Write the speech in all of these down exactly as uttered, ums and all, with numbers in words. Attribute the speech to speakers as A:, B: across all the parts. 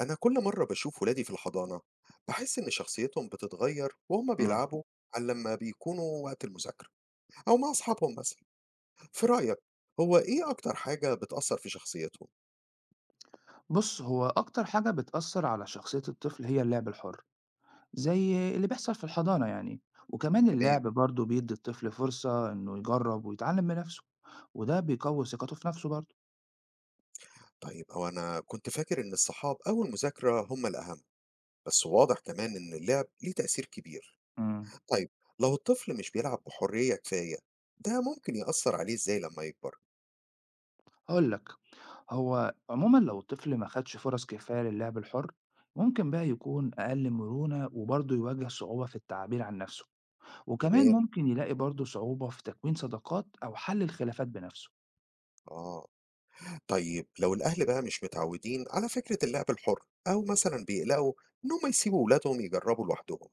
A: أنا كل مرة بشوف ولادي في الحضانة بحس إن شخصيتهم بتتغير وهما
B: إمم.
A: بيلعبوا عن لما بيكونوا وقت المذاكرة أو مع أصحابهم مثلا. في رأيك هو إيه أكتر حاجة بتأثر في شخصيتهم؟
B: بُص، هو أكتر حاجة بتأثّر على شخصية الطفل هي اللعب الحُر، زي اللي بيحصل في الحضانة يعني، وكمان
A: تمام.
B: اللعب برضه بيدّي الطفل فرصة إنه يجرّب ويتعلّم بنَفْسه، وده بيقوّي ثقته في نَفْسه برضه.
A: طيب أو أنا كنت فاكر إن الصحاب أو المذاكرة هما الأهم، بس واضح كمان إن اللعب ليه تأثير كبير.
B: إمم.
A: طيب لو الطفل مش بيلعب بحرية كفاية، ده ممكن يأثر عليه إزاي لما يكبر؟
B: هاقول لك، هو عمومًا لو الطفل ما خدش فرص كفاية للعب الحُر، ممكن بقى يكون أقل مرونة وبرضه يواجه صعوبة في التعبير عن نَفْسه، وكمان
A: تمام.
B: ممكن يلاقي برضه صعوبة في تكوين صداقات أو حَل الخلافات بنَفْسه.
A: آه. طيب لو الأهل بقى مش متعودين على فكرة اللعب الحر أو مثلا بيقلقوا إن هم يسيبوا ولادهم يجربوا لوحدهم،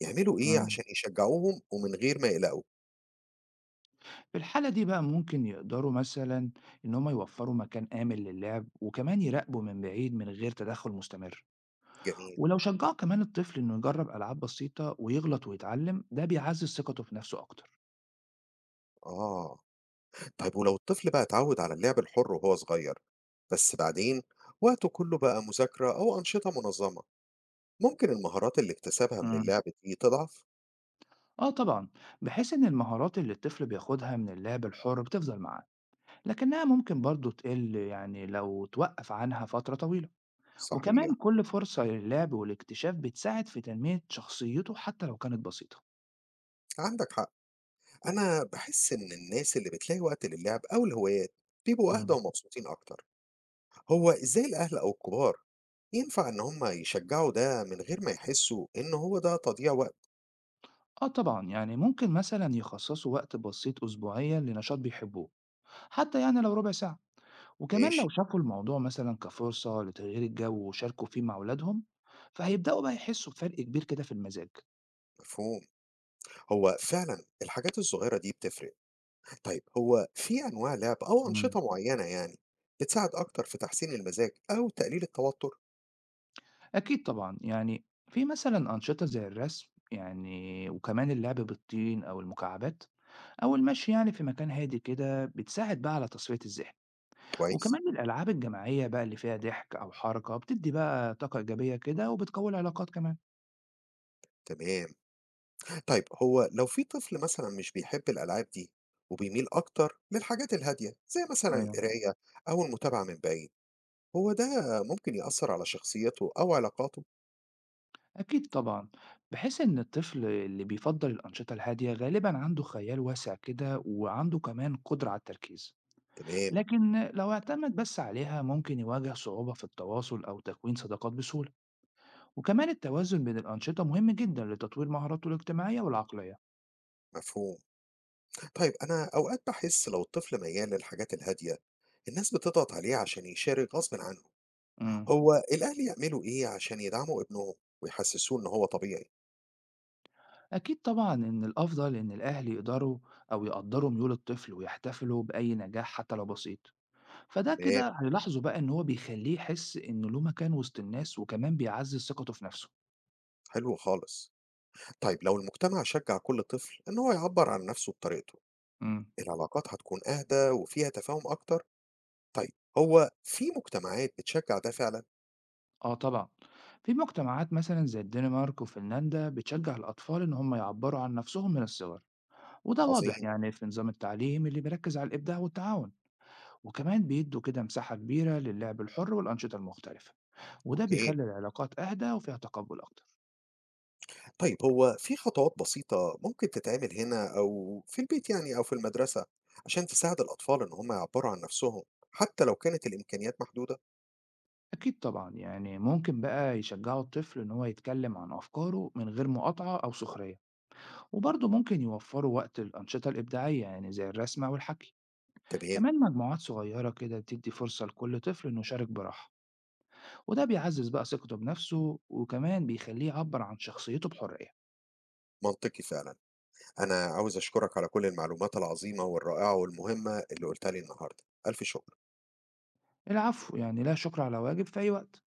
A: يعملوا إيه
B: إمم.
A: عشان يشجعوهم ومن غير ما يقلقوا؟
B: في الحالة دي بقى ممكن يقدروا مثلا إن هم يوفروا مكان آمن للعب وكمان يراقبوا من بعيد من غير تدخل مستمر،
A: جميل.
B: ولو شجعوا كمان الطفل إنه يجرب ألعاب بسيطة ويغلط ويتعلم ده بيعزز ثقته في نفسه أكتر.
A: آه. طيب ولو الطفل بقى اتعود على اللعب الحر وهو صغير، بس بعدين وقته كله بقى مذاكرة أو أنشطة منظمة، ممكن المهارات اللي اكتسبها من
B: مم.
A: اللعب دي تضعف؟
B: آه، طبعا بحيث إن المهارات اللي الطفل بياخدها من اللعب الحر بتفضل معاه، لكنها ممكن برضه تقل يعني لو توقف عنها فترة طويلة، وكمان
A: صحيح.
B: كل فرصة للعب والاكتشاف بتساعد في تنمية شخصيته حتى لو كانت بسيطة.
A: عندك حق. أنا بحس إن الناس اللي بتلاقي وقت للعب أو الهوايات بيبقوا أهدى
B: مم.
A: ومبسوطين أكتر. هو إزاي الأهل أو الكبار ينفع إن هم يشجّعوا ده من غير ما يحسّوا إن هو ده تضييع وقت؟
B: آه طبعًا، يعني ممكن مثلًا يخصصوا وقت بسيط أسبوعيًا لنشاط بيحبوه، حتى يعني لو ربع ساعة، وكمان
A: ماشي.
B: لو شافوا الموضوع مثلًا كفرصة لتغيير الجو وشاركوا فيه مع ولادهم، فهيبدأوا بقى يحسوا بفرق كبير كده في المزاج.
A: مفهوم. هو فعلًا الحاجات الصغيّرة دي بتفرق. طيب هو في أنواع لعب أو
B: مم.
A: أنشطة معيّنة يعني بتساعد أكتر في تحسين المزاج أو تقليل التوتر؟
B: أكيد طبعًا، يعني في مثلًا أنشطة زي الرسم يعني وكمان اللعب بالطين أو المكعبات أو المشي يعني في مكان هادي كده بتساعد بقى على تصفية الذهن،
A: كويس.
B: وكمان الألعاب الجماعية بقى اللي فيها ضحك أو حركة بتدي بقى طاقة إيجابية كده وبتقوي العلاقات كمان.
A: تمام. طيب هو لو في طفل مثلًا مش بيحب الألعاب دي وبيميل أكتر للحاجات الهادية زي مثلًا
B: أيوه.
A: القراية أو المتابعة من بعيد، هو ده ممكن يأثّر على شخصيته أو علاقاته؟
B: أكيد طبعًا، بحيث إن الطفل اللي بيفضّل الأنشطة الهادية غالبًا عنده خيال واسع كده وعنده كمان قدرة على التركيز،
A: تمام.
B: لكن لو اعتمد بس عليها ممكن يواجه صعوبة في التواصل أو تكوين صداقات بسهولة، وكمان التوازن بين الأنشطة مهم جدًا لتطوير مهاراته الاجتماعية والعقلية.
A: مفهوم. طيب أنا أوقات بحس لو الطفل ميال للحاجات الهادية الناس بتضغط عليه عشان يشارك غصب عنه.
B: إمم،
A: هو الأهل يعملوا إيه عشان يدعموا ابنهم ويحسسوه إن هو طبيعي؟
B: أكيد طبعًا إن الأفضل إن الأهل يقدروا أو يقدّروا ميول الطفل ويحتفلوا بأي نجاح حتى لو بسيط. فده
A: تمام.
B: كده هيلاحظه بقى إن هو بيخلّيه يحس إنه له مكان وسط الناس وكمان بيعزّز ثقته في نفسه.
A: حلو خالص. طيب لو المجتمع شجع كل طفل إن هو يعبر عن نفسه بطريقته،
B: إمم،
A: العلاقات هتكون أهدى وفيها تفاهم أكتر. طيب هو في مجتمعات بتشجع ده فعلا؟
B: آه طبعًا. في مجتمعات مثلًا زي الدنمارك وفنلندا بتشجّع الأطفال إن هم يعبّروا عن نفسهم من الصغر، وده واضح
A: عظيم.
B: يعني في نظام التعليم اللي بيركّز على الإبداع والتعاون، وكمان بيدّوا كده مساحة كبيرة للعب الحُر والأنشطة المختلفة، وده
A: أوكي.
B: بيخلّي العلاقات أهدى وفيها تقبُّل أكتر.
A: طيب هو في خطوات بسيطة ممكن تتعمل هنا أو في البيت يعني أو في المدرسة عشان تساعد الأطفال إن هم يعبروا عن نفسهم حتى لو كانت الإمكانيات محدودة؟
B: أكيد طبعًا، يعني ممكن بقى يشجّعوا الطفل إن هو يتكلّم عن أفكاره من غير مقاطعة أو سخرية. وبرضه ممكن يوفروا وقت الأنشطة الإبداعية يعني زي الرسم أو الحكي،
A: تمام.
B: كمان مجموعات صغيرة كده بتدي فرصة لكل طفل إنه يشارك براحة، وده بيعزز بقى ثقته بنفسه وكمان بيخليه يعبر عن شخصيته بحرية.
A: منطقي فعلا. أنا عاوز أشكرك على كل المعلومات العظيمة والرائعة والمهمة اللي قلتها لي النهاردة. ألف شكر.
B: العفو يعني لا شكر على واجب في أي وقت.